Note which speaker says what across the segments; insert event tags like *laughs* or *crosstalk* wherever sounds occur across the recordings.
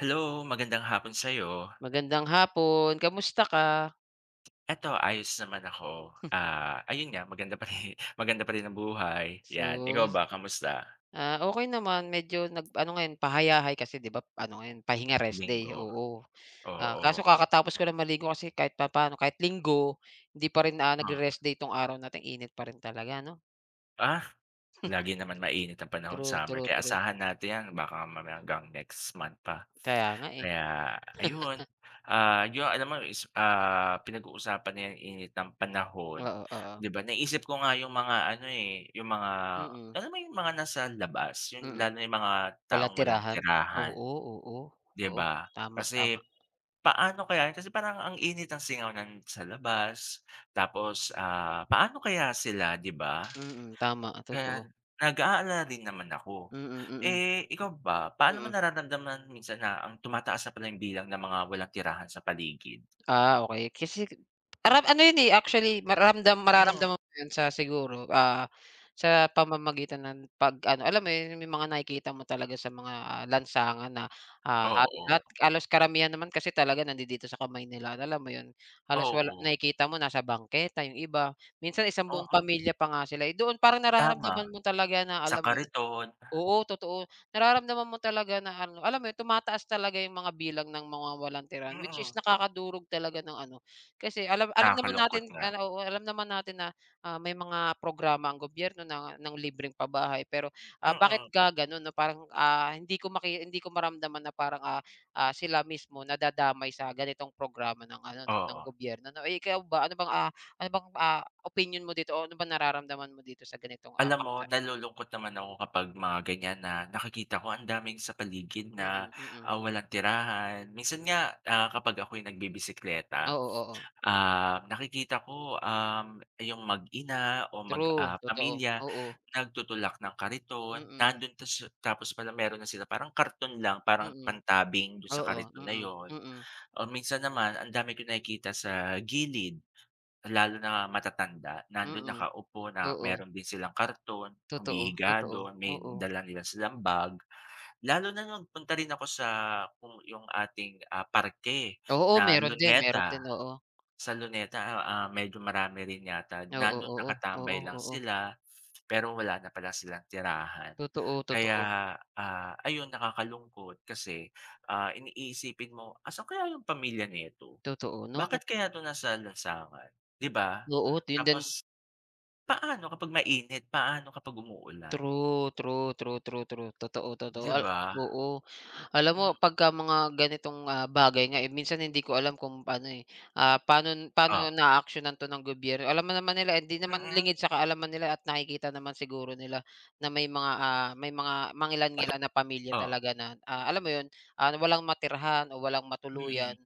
Speaker 1: Hello, magandang hapon sa'yo.
Speaker 2: Magandang hapon, kamusta ka?
Speaker 1: Eto ayos naman ako. Ayun nga maganda pa rin *laughs* maganda pa rin ang buhay, 'yan.
Speaker 2: So,
Speaker 1: Ikaw ba kamusta?
Speaker 2: okey naman medyo nag ano ngayon pahayahay kasi 'di ba ano ngayon pahinga rest day,
Speaker 1: Linggo,
Speaker 2: oo. Kaso
Speaker 1: oo.
Speaker 2: kakatapos ko lang maligo kasi kahit papaano kahit Linggo, hindi pa rin,
Speaker 1: oo,
Speaker 2: nagre-rest day 'tong araw natin init pa rin talaga 'no?
Speaker 1: ah? Lagi naman mainit ang panahon,
Speaker 2: True,
Speaker 1: summer,
Speaker 2: true,
Speaker 1: kaya
Speaker 2: true.
Speaker 1: asahan natin 'yan baka mamaya hanggang next month pa.
Speaker 2: Kaya nga, eh.
Speaker 1: Kaya ayun, 'yun alam mo is pinag-uusapan na 'yang init ng panahon,
Speaker 2: Oo, oo.
Speaker 1: 'di ba naisip ko nga 'yung mga ano, eh, 'yung mga
Speaker 2: Mm,
Speaker 1: alam mo 'yung mga nasa labas, 'yung
Speaker 2: mm.
Speaker 1: lalo na 'yung mga
Speaker 2: Walang
Speaker 1: taong walang
Speaker 2: tirahan.
Speaker 1: tirahan,
Speaker 2: Oo, oo,
Speaker 1: 'di
Speaker 2: oo.
Speaker 1: ba?
Speaker 2: Tama,
Speaker 1: Kasi
Speaker 2: tama.
Speaker 1: paano kaya kasi parang ang init ng singaw ng sa labas tapos, paano kaya sila, 'di ba?
Speaker 2: Mm, tama,
Speaker 1: Kaya
Speaker 2: totoo.
Speaker 1: nag-aalala din naman ako.
Speaker 2: Mm, mm,
Speaker 1: Eh, ikaw ba, paano mo
Speaker 2: mm.
Speaker 1: nararamdaman minsan na ang tumataas na pala yung bilang ng mga walang tirahan sa paligid?
Speaker 2: Ah, okey. Kasi parang ano yun, eh, actually
Speaker 1: Hmm,
Speaker 2: mararamdaman mo yun sa siguro, sa pamamagitan ng pag-ano, alam mo yun, may mga nakikita mo talaga sa mga, lansangan na, halos
Speaker 1: oo,
Speaker 2: lahat halos karamihan naman kasi talaga nandidito sa kamay nila, alam mo yun, halos wala
Speaker 1: oo,
Speaker 2: nakikita mo nasa bangketa yung iba, minsan isang buong
Speaker 1: oo,
Speaker 2: pamilya pa nga sila, eh, doon parang
Speaker 1: tama.
Speaker 2: nararamdaman mo talaga na
Speaker 1: Sa
Speaker 2: alam mo yun
Speaker 1: kariton,
Speaker 2: oo, totoo. Nararamdaman mo talaga na ano, alam mo yun, tumataas talaga yung mga bilang ng mga walang tiran, which is
Speaker 1: mm.
Speaker 2: nakakadurog talaga ng ano, kasi alam alam naman
Speaker 1: Nakakalungkot
Speaker 2: natin
Speaker 1: nga,
Speaker 2: ano, oo, alam naman natin na, may mga programa ang gobyerno na ng libreng pabahay pero, bakit
Speaker 1: mm,
Speaker 2: gaganon 'no, parang, hindi ko maramdaman na parang, sila mismo nadadamay sa ganitong programa ng ano 'no, ng
Speaker 1: oo.
Speaker 2: gobyerno 'no. Eh, ikaw ba, ano bang, ano bang, opinion mo dito o ano bang nararamdaman mo dito sa ganitong,
Speaker 1: Alam mo
Speaker 2: paksa?
Speaker 1: nalulungkot naman ako kapag mga ganyan na nakikita ko ang daming sa paligid
Speaker 2: Mm,
Speaker 1: na,
Speaker 2: mm, mm.
Speaker 1: walang tirahan. Minsan nga, kapag ako'y
Speaker 2: Oo,
Speaker 1: nagbibisikleta
Speaker 2: oo, oo.
Speaker 1: Nakikita ko, yung mag-ina o mag
Speaker 2: True, totoo.
Speaker 1: pamilya
Speaker 2: Oo,
Speaker 1: nagtutulak ng kariton,
Speaker 2: mm,
Speaker 1: nandun tapos pala meron na sila parang karton lang, parang
Speaker 2: mm,
Speaker 1: pantabing dun sa
Speaker 2: oo,
Speaker 1: kariton na
Speaker 2: mm,
Speaker 1: yon.
Speaker 2: mm,
Speaker 1: O minsan naman ang dami ko nakikita sa gilid, lalo na matatanda, nandun
Speaker 2: mm,
Speaker 1: nakaupo na
Speaker 2: oo,
Speaker 1: meron din silang karton,
Speaker 2: totoo,
Speaker 1: humihiga
Speaker 2: totoo,
Speaker 1: dun, may
Speaker 2: oo.
Speaker 1: dala nila silang bag. Lalo na nung punta rin ako sa kung yung ating, parke
Speaker 2: Oo,
Speaker 1: na
Speaker 2: meron
Speaker 1: Luneta.
Speaker 2: din, oo.
Speaker 1: Sa Luneta, medyo marami rin yata,
Speaker 2: Oo,
Speaker 1: nandun
Speaker 2: oo,
Speaker 1: nakatambay
Speaker 2: oo,
Speaker 1: lang
Speaker 2: oo.
Speaker 1: sila, pero wala na pala silang tirahan.
Speaker 2: Totoo,
Speaker 1: Kaya,
Speaker 2: totoo,
Speaker 1: ayun nakakalungkot kasi, iniisipin mo, "Asan kaya yung pamilya nito?
Speaker 2: totoo 'no, na
Speaker 1: Bakit kaya 'to nasa lansangan?" 'Di ba?
Speaker 2: oo, yun din.
Speaker 1: Tapos paano kapag mainit, paano kapag umuulan,
Speaker 2: True, true, true, true, true. Totoo,
Speaker 1: 'di
Speaker 2: totoo, al
Speaker 1: ba?
Speaker 2: oo. Alam mo
Speaker 1: Hmm,
Speaker 2: pagka mga ganitong, bagay nga, eh, minsan hindi ko alam kung paano eh, paano
Speaker 1: oh,
Speaker 2: paano na naaaksiyunan 'to ng gobyerno. Alam mo naman nila eh, hindi naman
Speaker 1: mm,
Speaker 2: lingid sa kaalaman nila at nakikita naman siguro nila na may mga, may mga mangilan-ngilan na pamilya
Speaker 1: oh,
Speaker 2: talaga na, alam mo 'yun, walang matirhan o walang matuluyan.
Speaker 1: mm,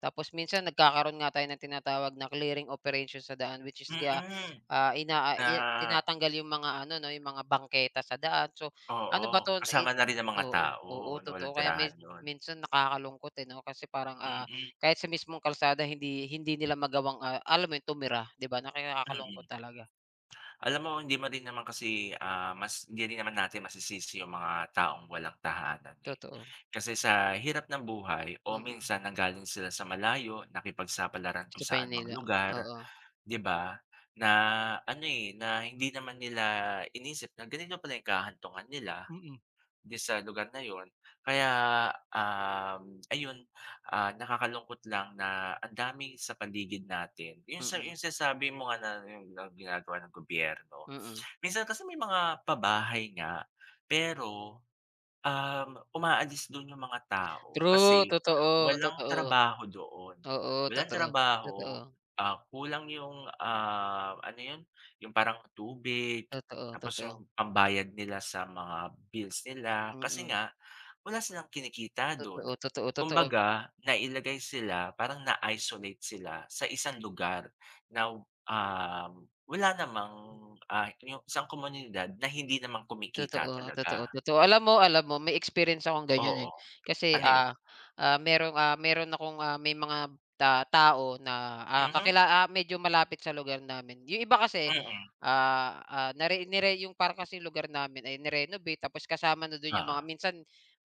Speaker 2: Tapos minsan nagkakaroon nga tayo ng tinatawag na clearing operation sa daan which is kaya,
Speaker 1: mm,
Speaker 2: inaa
Speaker 1: na
Speaker 2: i tinatanggal yung mga ano 'no, yung mga bangketa sa daan. So,
Speaker 1: oo,
Speaker 2: ano ba 'to
Speaker 1: kasama
Speaker 2: i
Speaker 1: na rin ang mga
Speaker 2: oo,
Speaker 1: tao
Speaker 2: oo
Speaker 1: na
Speaker 2: totoo
Speaker 1: walang
Speaker 2: kaya min
Speaker 1: tirahan yun.
Speaker 2: minsan nakakalungkot, eh, 'no, kasi parang,
Speaker 1: Mm,
Speaker 2: kahit sa mismong kalsada hindi hindi nila magawang, alam mo yun, tumira, 'di ba, nakakalungkot
Speaker 1: mm.
Speaker 2: talaga.
Speaker 1: Alam mo hindi mo rin naman kasi, mas hindi rin naman natin masisisi yung mga taong walang tahanan, eh.
Speaker 2: Totoo,
Speaker 1: Kasi sa hirap ng buhay o
Speaker 2: mm.
Speaker 1: minsan nanggaling sila sa malayo, nakipagsapalaran kung
Speaker 2: Sa
Speaker 1: saan mang
Speaker 2: Maynila,
Speaker 1: lugar,
Speaker 2: oo.
Speaker 1: 'di ba? Na ano, eh, na hindi naman nila inisip na ganito pala yung kahantungan nila.
Speaker 2: Mm.
Speaker 1: 'Di sa lugar na yon. Kaya, ayun, nakakalungkot lang na ang dami sa paligid natin. Yung sa
Speaker 2: Mm,
Speaker 1: yung sinasabi mo nga na yung na ginagawa ng gobyerno.
Speaker 2: mm.
Speaker 1: Minsan kasi may mga pabahay nga, pero umaalis dun yung mga tao
Speaker 2: True,
Speaker 1: kasi
Speaker 2: totoo,
Speaker 1: walang
Speaker 2: totoo.
Speaker 1: trabaho doon.
Speaker 2: Oo,
Speaker 1: Walang
Speaker 2: totoo,
Speaker 1: trabaho,
Speaker 2: totoo,
Speaker 1: kulang yung, ano yun, yung parang tubig,
Speaker 2: totoo,
Speaker 1: tapos
Speaker 2: totoo.
Speaker 1: yung pambayad nila sa mga bills nila kasi
Speaker 2: Mm.
Speaker 1: nga wala silang kinikita dun.
Speaker 2: Totoo, totoo, totoo,
Speaker 1: Kumbaga nailagay sila, parang na-isolate sila sa isang lugar na, wala namang, yung isang komunidad na hindi naman kumikita
Speaker 2: totoo, totoo,
Speaker 1: talaga.
Speaker 2: totoo. Alam mo may experience akong ganyan,
Speaker 1: Oo.
Speaker 2: eh. Kasi,
Speaker 1: Ano yun?
Speaker 2: merong, meron akong, may mga tao na,
Speaker 1: Mhm,
Speaker 2: kakila ah, medyo malapit sa lugar namin. Yung iba kasi,
Speaker 1: mm.
Speaker 2: nire yung para kasing lugar namin ay ni-renovate tapos kasama na dun yung
Speaker 1: Oo,
Speaker 2: mga minsan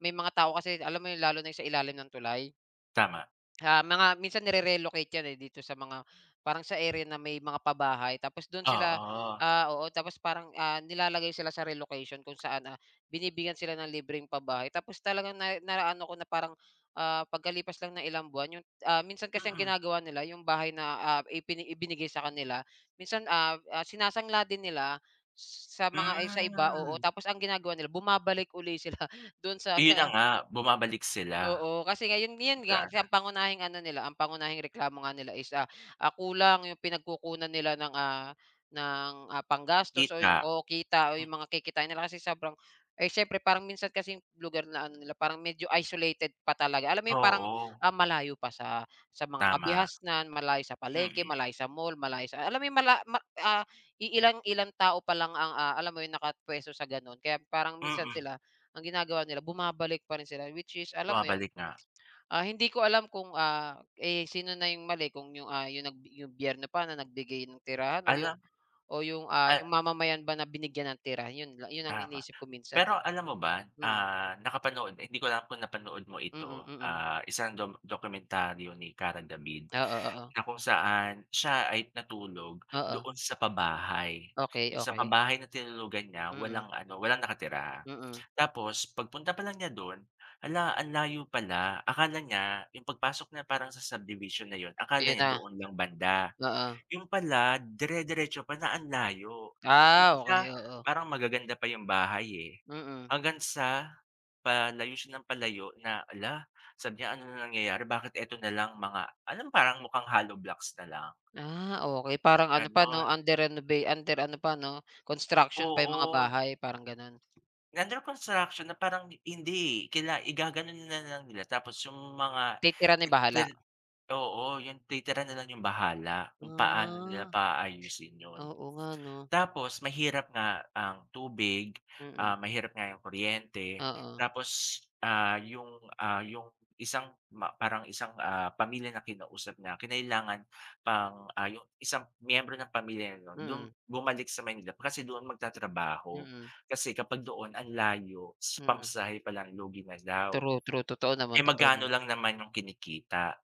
Speaker 2: may mga tao kasi alam mo yun lalo na yung sa ilalim ng tulay.
Speaker 1: tama.
Speaker 2: Ah, mga minsan nire-relocate 'yan, eh, dito sa mga parang sa area na may mga pabahay tapos do'n sila
Speaker 1: Oo.
Speaker 2: oo, tapos parang, nilalagay sila sa relocation kung saan, binibigyan sila ng libreng pabahay. Tapos talagang na naano ko na parang, pagkalipas lang ng ilang buwan yung ah, minsan kasi ang
Speaker 1: Mm,
Speaker 2: ginagawa nila yung bahay na, ibinigay sa kanila minsan, sinasangla din nila sa mga ay sa iba, oo.
Speaker 1: hmm.
Speaker 2: Tapos ang ginagawa nila bumabalik uli sila *laughs* do'n sa
Speaker 1: Yun na nga, bumabalik sila
Speaker 2: Oo, kasi ngayon 'yun nga
Speaker 1: sa
Speaker 2: kasi
Speaker 1: ano,
Speaker 2: ang pangunahing ano nila, ang pangunahing reklamo nga nila is, kulang 'yung pinagkukunan nila ng, panggastos o
Speaker 1: kita.
Speaker 2: 'yung o kita o
Speaker 1: Hmm,
Speaker 2: 'yung mga kikitain nila kasi sobrang eh, siyempre parang minsan kasi lugar na ano nila parang medyo isolated pa talaga. Alam mo 'yung parang,
Speaker 1: oo,
Speaker 2: malayo pa sa mga
Speaker 1: tama.
Speaker 2: kabihasnan, malayo sa palengke,
Speaker 1: Mm,
Speaker 2: malayo sa mall, malayo sa alam mo 'yung mala ma ah, iilang-ilang tao pa lang ang, alam mo 'yun, nakapuwesto sa gano'n. Kaya parang minsan
Speaker 1: mm.
Speaker 2: sila ang ginagawa nila bumabalik pa rin sila which is alam mo 'yun,
Speaker 1: Bumabalik nga.
Speaker 2: hindi ko alam kung, eh, sino na yung mali kung yung, yung nag yung biyerno pa na nagbigay ng tirahan
Speaker 1: Alam
Speaker 2: o yung,
Speaker 1: a
Speaker 2: yung mamamayan ba na binigyan ng tira, 'yun la 'yun ang
Speaker 1: Tama.
Speaker 2: iniisip ko minsan,
Speaker 1: Pero
Speaker 2: eh.
Speaker 1: alam mo ba,
Speaker 2: Mm,
Speaker 1: nakapanood hindi ko alam kung napanood mo
Speaker 2: mm, mm,
Speaker 1: ito,
Speaker 2: mm.
Speaker 1: isang dokumentaryo ni Kara David,
Speaker 2: Oo, oo,
Speaker 1: na kung saan siya ay natulog
Speaker 2: oo.
Speaker 1: doon sa pabahay.
Speaker 2: Okay,
Speaker 1: Yung sa
Speaker 2: okay.
Speaker 1: pabahay na tinulugan niya
Speaker 2: Mm,
Speaker 1: walang ano, walang nakatira.
Speaker 2: mm.
Speaker 1: Tapos pagpunta pa lang niya dun, ala ang layo pala. Akala niya yung pagpasok na parang sa subdivision na yon akala
Speaker 2: 'Yun
Speaker 1: niya
Speaker 2: na,
Speaker 1: doon lang banda.
Speaker 2: oo.
Speaker 1: Yun pala dire-diretso pala ang layo, yung
Speaker 2: Ah,
Speaker 1: umpisa
Speaker 2: okey, oo.
Speaker 1: parang magaganda pa yung bahay, eh,
Speaker 2: Mm.
Speaker 1: hanggang sa palayo siya ng palayo na, hala, sabi niya, "Ano na nangyayari bakit eto na lang mga" alam parang mukhang hollow blocks na lang,
Speaker 2: Ah, okay parang ano pa 'no,
Speaker 1: gano'n.
Speaker 2: under renova under ano pa 'no, construction pa yung mga
Speaker 1: Oo,
Speaker 2: bahay parang gano'n.
Speaker 1: under construction na parang hindi, eh, kila igaganon na lang nila tapos yung mga
Speaker 2: Ni bahala.
Speaker 1: itil oo, yung titira na lang yung bahala kung paano nila
Speaker 2: Ah,
Speaker 1: paayusin yun.
Speaker 2: oo nga 'no,
Speaker 1: Tapos mahirap nga ang tubig,
Speaker 2: mm,
Speaker 1: mahirap nga yung kuryente,
Speaker 2: oo,
Speaker 1: tapos, yung isang parang isang, pamilya na kinausap niya kinailangan pang, yung isang miyembro ng pamilya na nun
Speaker 2: mm,
Speaker 1: bumalik sa Manila, kasi doon magtatrabaho.
Speaker 2: mm,
Speaker 1: Kasi kapag doon ang layo, sa
Speaker 2: mm.
Speaker 1: pamasahe pa lang lugi na daw.
Speaker 2: True, true, totoo naman,
Speaker 1: Eh,
Speaker 2: totoo
Speaker 1: magkano
Speaker 2: naman.
Speaker 1: lang naman yung kinikita.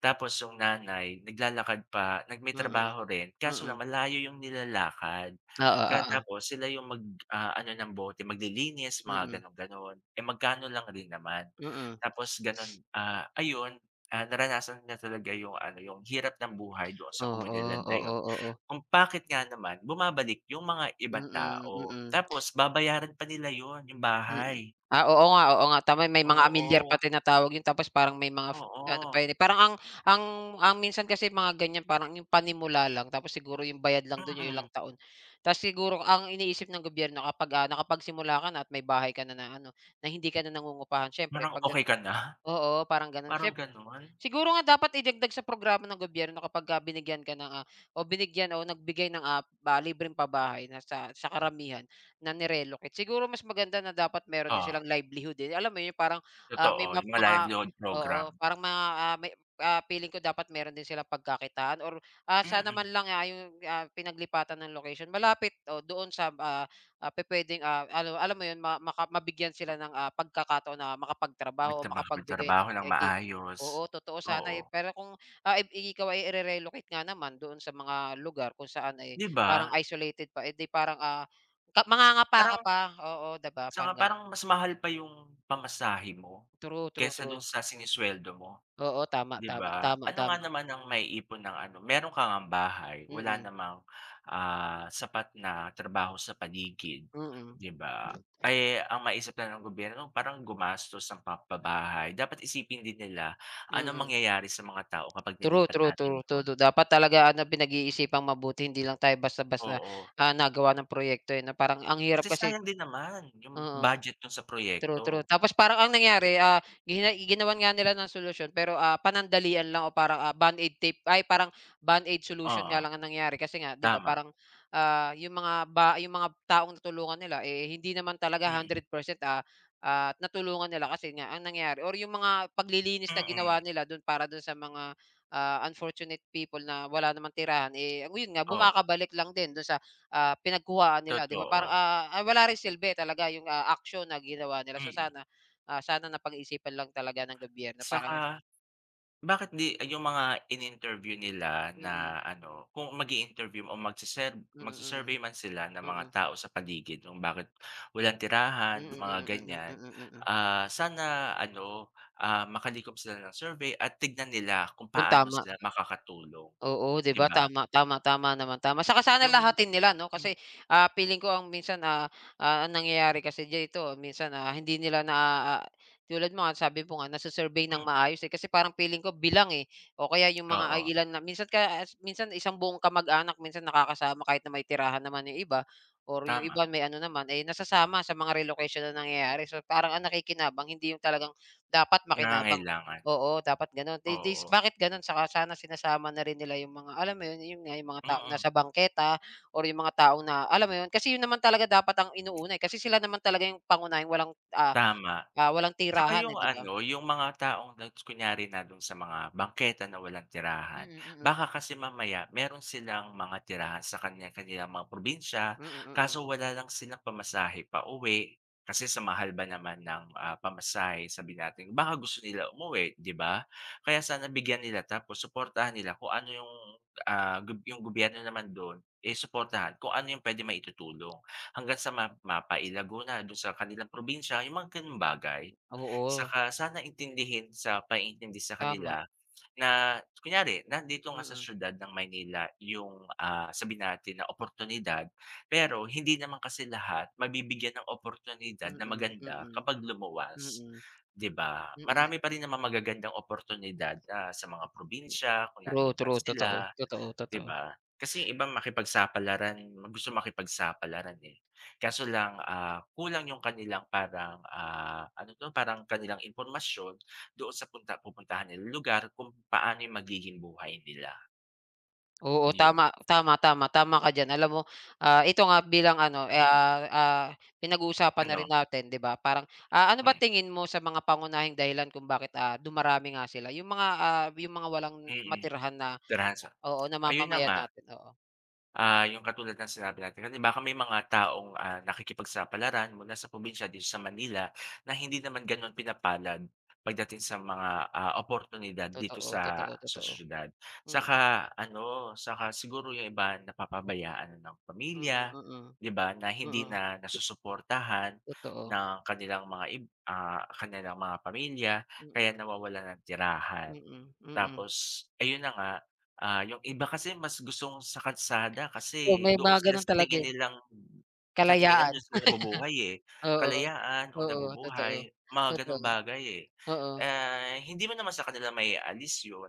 Speaker 1: Tapos yung nanay naglalakad pa nag may
Speaker 2: Mm,
Speaker 1: trabaho rin kaso lang
Speaker 2: mm,
Speaker 1: malayo yung nilalakad.
Speaker 2: oo,
Speaker 1: Kaya
Speaker 2: oo,
Speaker 1: tapos sila yung mag, ano ng bote, maglilinis mga
Speaker 2: mm,
Speaker 1: gano'n, gano'n. Eh, magkano lang rin naman.
Speaker 2: mm.
Speaker 1: Tapos gano'n, ayun, naranasan niya talaga yung ano, yung hirap ng buhay doon sa
Speaker 2: Oo,
Speaker 1: komunidad na
Speaker 2: oo,
Speaker 1: yun.
Speaker 2: oo, oo.
Speaker 1: Kung bakit nga naman bumabalik yung mga
Speaker 2: Mm,
Speaker 1: ibang
Speaker 2: mm,
Speaker 1: tao.
Speaker 2: mm.
Speaker 1: Tapos babayaran pa nila yun, yung
Speaker 2: Mm.
Speaker 1: bahay.
Speaker 2: Ah, oo nga tama may mga amilyar
Speaker 1: Oo,
Speaker 2: pa tinatawag yun tapos parang may mga f ano
Speaker 1: oo.
Speaker 2: pa yun, eh, parang ang ang minsan kasi mga ganyan parang yung panimula lang tapos siguro yung bayad lang dun yung ilang
Speaker 1: Mm,
Speaker 2: taon. Tapos siguro ang iniisip ng gobyerno kapag, nakapagsimula ka na at may bahay ka na na ano, na hindi ka na nangungupahan siyempre
Speaker 1: parang
Speaker 2: pagda
Speaker 1: okey ka na,
Speaker 2: oo, parang ganun
Speaker 1: parang
Speaker 2: siyem
Speaker 1: gano'n.
Speaker 2: Siguro nga dapat idagdag sa programa ng gobyerno kapagka binigyan ka ng, o binigyan o nagbigay ng, ba libreng pabahay na sa karamihan na ni-relocate. Siguro mas maganda na dapat meron din
Speaker 1: Oo,
Speaker 2: silang livelihood, eh, alam mo yun parang,
Speaker 1: totoo,
Speaker 2: may map
Speaker 1: yung mga live
Speaker 2: mga
Speaker 1: load program.
Speaker 2: oo, parang mga, may, feeling ko dapat meron din silang pagkakitaan or, sana man
Speaker 1: Mm,
Speaker 2: lang, yung, pinaglipatan ng location malapit o doon sa, pupuwedeng, alam alam mo yun ma maka mabigyan sila ng, pagkakataon na makapagtrabaho
Speaker 1: nagta
Speaker 2: o makapagbigay
Speaker 1: makapagtrabaho
Speaker 2: ng
Speaker 1: ng
Speaker 2: ki
Speaker 1: maayos,
Speaker 2: Oo, totoo sana,
Speaker 1: oo.
Speaker 2: eh. Pero kung, ib ikaw ay ire-relocate nga naman doon sa mga lugar kung saan, eh,
Speaker 1: 'Di ba?
Speaker 2: parang isolated pa, eh, di parang, ka mangangapa ka
Speaker 1: Parang
Speaker 2: pa, oo, di ba,
Speaker 1: saka
Speaker 2: parang ganun.
Speaker 1: parang mas mahal pa yung pamasahe mo,
Speaker 2: True, true,
Speaker 1: kaysa dun
Speaker 2: true.
Speaker 1: sa sinesuweldo mo.
Speaker 2: Oo, tama,
Speaker 1: 'Di
Speaker 2: tama,
Speaker 1: ba?
Speaker 2: tama,
Speaker 1: Ano nga
Speaker 2: tama.
Speaker 1: naman ang maiipon ng ano, meron ka ngang bahay, wala
Speaker 2: Mm,
Speaker 1: namang, sapat na trabaho sa paligid,
Speaker 2: mm,
Speaker 1: 'di ba? Eh, ang maisip lang ng gobyerno parang gumastos ng pampabahay. Dapat isipin din nila anong
Speaker 2: mm.
Speaker 1: mangyayari sa mga tao kapag
Speaker 2: True,
Speaker 1: nilipat
Speaker 2: true, true,
Speaker 1: natin
Speaker 2: true,
Speaker 1: dun.
Speaker 2: true. Dapat talaga ano pinag-iisipang mabuti hindi lang tayo basta-basta,
Speaker 1: Oo,
Speaker 2: nagawa ng proyekto, eh, na parang ang
Speaker 1: kasi
Speaker 2: hirap kasi
Speaker 1: sayang din naman yung
Speaker 2: oo.
Speaker 1: budget dun sa
Speaker 2: True,
Speaker 1: proyekto.
Speaker 2: true. Tapos parang ang nangyari, ginawan nga nila ng solusyon pero, panandalian lang o parang, Band-Aid tape ay parang Band-Aid solution nga
Speaker 1: Oo,
Speaker 2: lang ang nangyari kasi nga 'di ba
Speaker 1: tama.
Speaker 2: parang, yung mga taong natulungan nila, eh, hindi naman talaga
Speaker 1: Mm,
Speaker 2: 100%, natulungan nila kasi nga ang nangyari or yung mga paglilinis na ginawa
Speaker 1: mm.
Speaker 2: nila dun para dun sa mga, unfortunate people na wala namang tirahan, eh, ang- yun nga
Speaker 1: Oh,
Speaker 2: bumakabalik lang din dun sa pinagkuhaan nila 'di ba parang,
Speaker 1: totoo.
Speaker 2: wala rin silbi talaga yung, aksyon na ginawa nila. So
Speaker 1: Mm.
Speaker 2: sana, sana napag-isipan lang talaga ng gobyerno parang
Speaker 1: Saka Bakit 'di ay yung mga in-interview nila
Speaker 2: mm,
Speaker 1: na ano, kung mag-i-interview o magse-serve
Speaker 2: mm, mm,
Speaker 1: magsu-survey man sila ng
Speaker 2: mm,
Speaker 1: mga
Speaker 2: mm,
Speaker 1: tao sa paligid kung bakit walang
Speaker 2: mm,
Speaker 1: tirahan, mga
Speaker 2: mm, mm,
Speaker 1: ganyan,
Speaker 2: mm, mm.
Speaker 1: sana ano, makalikom sila ng survey at tignan nila kung
Speaker 2: Yung
Speaker 1: paano
Speaker 2: tama.
Speaker 1: sila makakatulong,
Speaker 2: Oo, 'di
Speaker 1: 'di
Speaker 2: ba
Speaker 1: ba?
Speaker 2: tama, tama, tama naman, tama. Saka sana
Speaker 1: Yung
Speaker 2: lahatin nila 'no,
Speaker 1: mm,
Speaker 2: kasi, feeling ko ang minsan, ang nangyayari kasi dito minsan, hindi nila na ah, tulad mo nga sabi mo nga nase-survey ng
Speaker 1: mm,
Speaker 2: maayos, eh, kasi parang feeling ko bilang, eh, o kaya yung mga ay
Speaker 1: oo,
Speaker 2: ilan na minsan kaya minsan isang buong kamag-anak minsan nakakasama kahit na may tirahan naman yung iba or yung
Speaker 1: tama,
Speaker 2: iba may ano naman, eh, nasasama sa mga relocation na nangyayari. So, parang ang nakikinabang hindi yung talagang dapat makinabang.
Speaker 1: nangangailangan,
Speaker 2: Oo, dapat gano'n. They this
Speaker 1: oo,
Speaker 2: bakit gano'n? Saka sana sinasama na rin nila yung mga alam mo yun, yun nga, yung mga taong
Speaker 1: mm,
Speaker 2: nasa bangketa or yung mga taong na alam mo yun, kasi yun naman talaga dapat ang inuuna, eh, kasi sila naman talaga yung pangunahing walang,
Speaker 1: tama.
Speaker 2: walang
Speaker 1: Tsaka
Speaker 2: tirahan,
Speaker 1: yung
Speaker 2: eh, 'di ba?
Speaker 1: ano, yung mga taong nag kunyari na dun sa mga bangketa na walang tirahan,
Speaker 2: Mm, mm.
Speaker 1: baka kasi mamaya meron silang mga tirahan sa kanya-kanilang mga probinsya,
Speaker 2: Mm, mm, mm, mm.
Speaker 1: kaso wala lang silang pamasahe pauwi, kasi sa mahal ba naman ng, pamasahe sabihin natin baka gusto nila umuwi, 'di ba? Kaya sana bigyan nila tapos suportahan nila kung ano yung, ah, gob yung gobyerno naman dun, eh, suportahan kung ano yung pwede maitutulong hanggang sa mapailago na dun sa kanilang probinsya, yung mga gano'ng bagay.
Speaker 2: Oo,
Speaker 1: Saka sana intindihin sa paiintindi sa
Speaker 2: tama.
Speaker 1: kanila na kunyari nandito nga sa
Speaker 2: Mm,
Speaker 1: siyudad ng Maynila yung, sabihin natin na oportunidad, pero hindi naman kasi lahat mabibigyan ng
Speaker 2: mm,
Speaker 1: oportunidad na
Speaker 2: mm, mm,
Speaker 1: maganda
Speaker 2: mm,
Speaker 1: kapag lumuwas,
Speaker 2: mm.
Speaker 1: 'di ba?
Speaker 2: Mm, mm.
Speaker 1: Marami pa rin namang magagandang oportunidad, sa mga probinsya kung
Speaker 2: True,
Speaker 1: nandun man
Speaker 2: true. Totoo,
Speaker 1: sila.
Speaker 2: totoo,
Speaker 1: 'Di
Speaker 2: totoo.
Speaker 1: ba? Kasi yung iba gusto makipagsapalaran, eh. Kaso lang, kulang yung kanilang parang, ano 'to, parang kanilang impormasyon doon sa pupuntahan nilang lugar kung paano yung magiging buhay nila,
Speaker 2: Oo,
Speaker 1: yun.
Speaker 2: tama, tama, tama, tama ka diyan. Alam mo, ito nga bilang ano, eh,
Speaker 1: Hmm,
Speaker 2: pinag-uusapan na
Speaker 1: ano?
Speaker 2: rin natin, 'di ba? Parang, ano ba
Speaker 1: Hmm,
Speaker 2: tingin mo sa mga pangunahing dahilan kung bakit, dumarami nga sila? Yung mga, yung mga walang
Speaker 1: mm.
Speaker 2: matirhan na
Speaker 1: Trans
Speaker 2: oo,
Speaker 1: ayun na
Speaker 2: namamamayan
Speaker 1: nga.
Speaker 2: natin, oo.
Speaker 1: Yung katulad ng sinabi natin kanina, baka may mga taong, nakikipagsapalaran mula sa probinsya dito sa Manila na hindi naman gano'n pinapalad pagdating sa mga, oportunidad dito
Speaker 2: Totoo, totoo,
Speaker 1: sa
Speaker 2: totoo.
Speaker 1: siyudad.
Speaker 2: Mm,
Speaker 1: Saka ano, saka siguro yung iba napapabayaan na ng
Speaker 2: mm,
Speaker 1: pamilya,
Speaker 2: mm,
Speaker 1: 'di ba, na hindi
Speaker 2: mm,
Speaker 1: na nasusuportahan
Speaker 2: totoo.
Speaker 1: ng kanilang kanilang mga pamilya kaya
Speaker 2: Mm,
Speaker 1: nawawalan ng tirahan.
Speaker 2: mm, mm.
Speaker 1: Tapos ayun na nga, yung iba kasi mas gustong sa kalsada
Speaker 2: Oo,
Speaker 1: kasi
Speaker 2: may
Speaker 1: doon
Speaker 2: mga
Speaker 1: sila
Speaker 2: gano'n
Speaker 1: sa
Speaker 2: talaga,
Speaker 1: tingin
Speaker 2: eh,
Speaker 1: nilang sa tingin nila
Speaker 2: kalayaan,
Speaker 1: dun sila nabubuhay, eh,
Speaker 2: oo.
Speaker 1: kalayaan o
Speaker 2: Oo, totoo,
Speaker 1: nabubuhay, mga gano'ng
Speaker 2: totoo,
Speaker 1: bagay, eh.
Speaker 2: oo.
Speaker 1: Ah, hindi mo naman sa kanila maiaalis yun,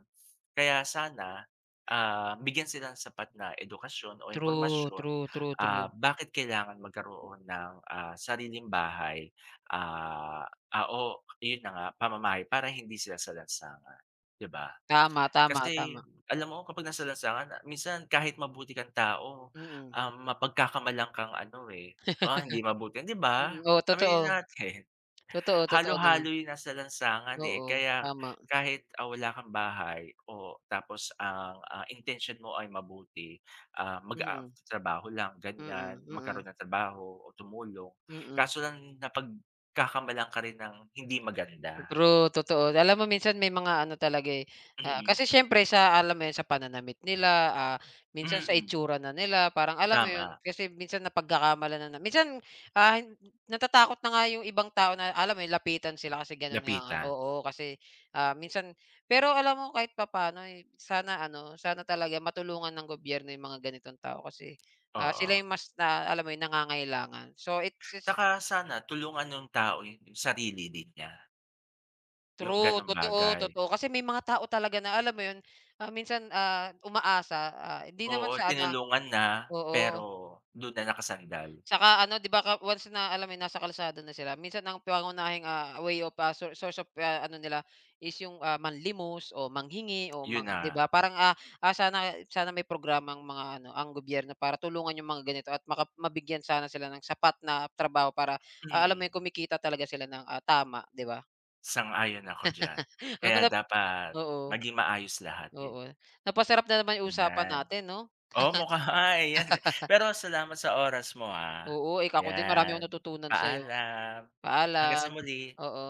Speaker 1: kaya sana, bigyan sila ng sapat na edukasyon o
Speaker 2: True,
Speaker 1: impormasyon,
Speaker 2: true, true, true.
Speaker 1: bakit kailangan magkaroon ng, sariling bahay, o yun na nga, pamamahay para hindi sila salansangan, 'di ba?
Speaker 2: Tama, tama,
Speaker 1: Kasi
Speaker 2: tama.
Speaker 1: alam mo kapag nasa lansangan, minsan kahit mabuti kang tao,
Speaker 2: Mm.
Speaker 1: mapagkakamalan kang ano, eh, hindi mabuti 'di ba?
Speaker 2: Mm, oo
Speaker 1: Aminin
Speaker 2: totoo.
Speaker 1: natin, *laughs*
Speaker 2: Totoo, totoo naman.
Speaker 1: halo-halo yung nasa lansangan, eh,
Speaker 2: Oo,
Speaker 1: kaya
Speaker 2: tama.
Speaker 1: kahit, wala kang bahay o tapos ang, intensyon mo ay mabuti,
Speaker 2: Mm,
Speaker 1: trabaho lang ganyan,
Speaker 2: mm, mm,
Speaker 1: magkaroon ng trabaho o tumulong,
Speaker 2: mm.
Speaker 1: kaso lang napagkakamalan ka rin ng hindi maganda.
Speaker 2: True, totoo. Alam mo minsan may mga ano talaga, eh,
Speaker 1: Mm,
Speaker 2: kasi siyempre sa alam mo 'yun, sa pananamit nila, minsan sa
Speaker 1: mm,
Speaker 2: itsura na nila parang alam mo 'yun,
Speaker 1: tama,
Speaker 2: kasi minsan napagkakamalan na na minsan, ah, hin- natatakot na nga 'yung ibang tao na alam mo 'yun, lapitan sila kasi gano'n nga nga
Speaker 1: lapitan,
Speaker 2: oo, kasi, minsan pero alam mo kahit papaano, eh, sana ano, sana talaga matulungan ng gobyerno 'yung mga ganitong tao kasi, sila
Speaker 1: oo.
Speaker 2: 'yung mas na alam mo 'yun, nangangailangan. So it's
Speaker 1: Tsaka sana tulungan nung tao yung sarili din niya, yung
Speaker 2: True,
Speaker 1: gano'ng
Speaker 2: totoo,
Speaker 1: bagay.
Speaker 2: totoo. Kasi may mga tao talaga na alam mo 'yun, minsan, umaasa, hindi
Speaker 1: Oo,
Speaker 2: naman sa ano
Speaker 1: tinulungan na, pero
Speaker 2: oo.
Speaker 1: dun na nakasandal.
Speaker 2: Saka ano 'di ba ka once na alam mo 'yun, nasa kalsada na sila minsan ang pangunahing, way of, sour source of, ano nila is yung, manlimos o manghingi o
Speaker 1: Yun na
Speaker 2: mga 'di ba parang, sana sana may programang mga ano ang gobyerno para tulungan yung mga ganito at maka mabigyan sana sila ng sapat na trabaho para, alam mo
Speaker 1: mm,
Speaker 2: 'yun kumikita talaga sila ng, tama 'di ba?
Speaker 1: sang-ayon ako diyan.
Speaker 2: Alam
Speaker 1: Kaya
Speaker 2: mo na
Speaker 1: dapat
Speaker 2: oo.
Speaker 1: maging maayos lahat, eh,
Speaker 2: Oo, napasarap na naman yung usapan
Speaker 1: yan.
Speaker 2: natin 'no?
Speaker 1: Oo, mukha *laughs* nga, eh, eh. Pero salamat sa oras mo, ah.
Speaker 2: Oo, ik ako din marami akong
Speaker 1: Yan,
Speaker 2: natutunan sa'yo.
Speaker 1: paalam. Hanggang sa
Speaker 2: Paalam,
Speaker 1: muli.
Speaker 2: oo.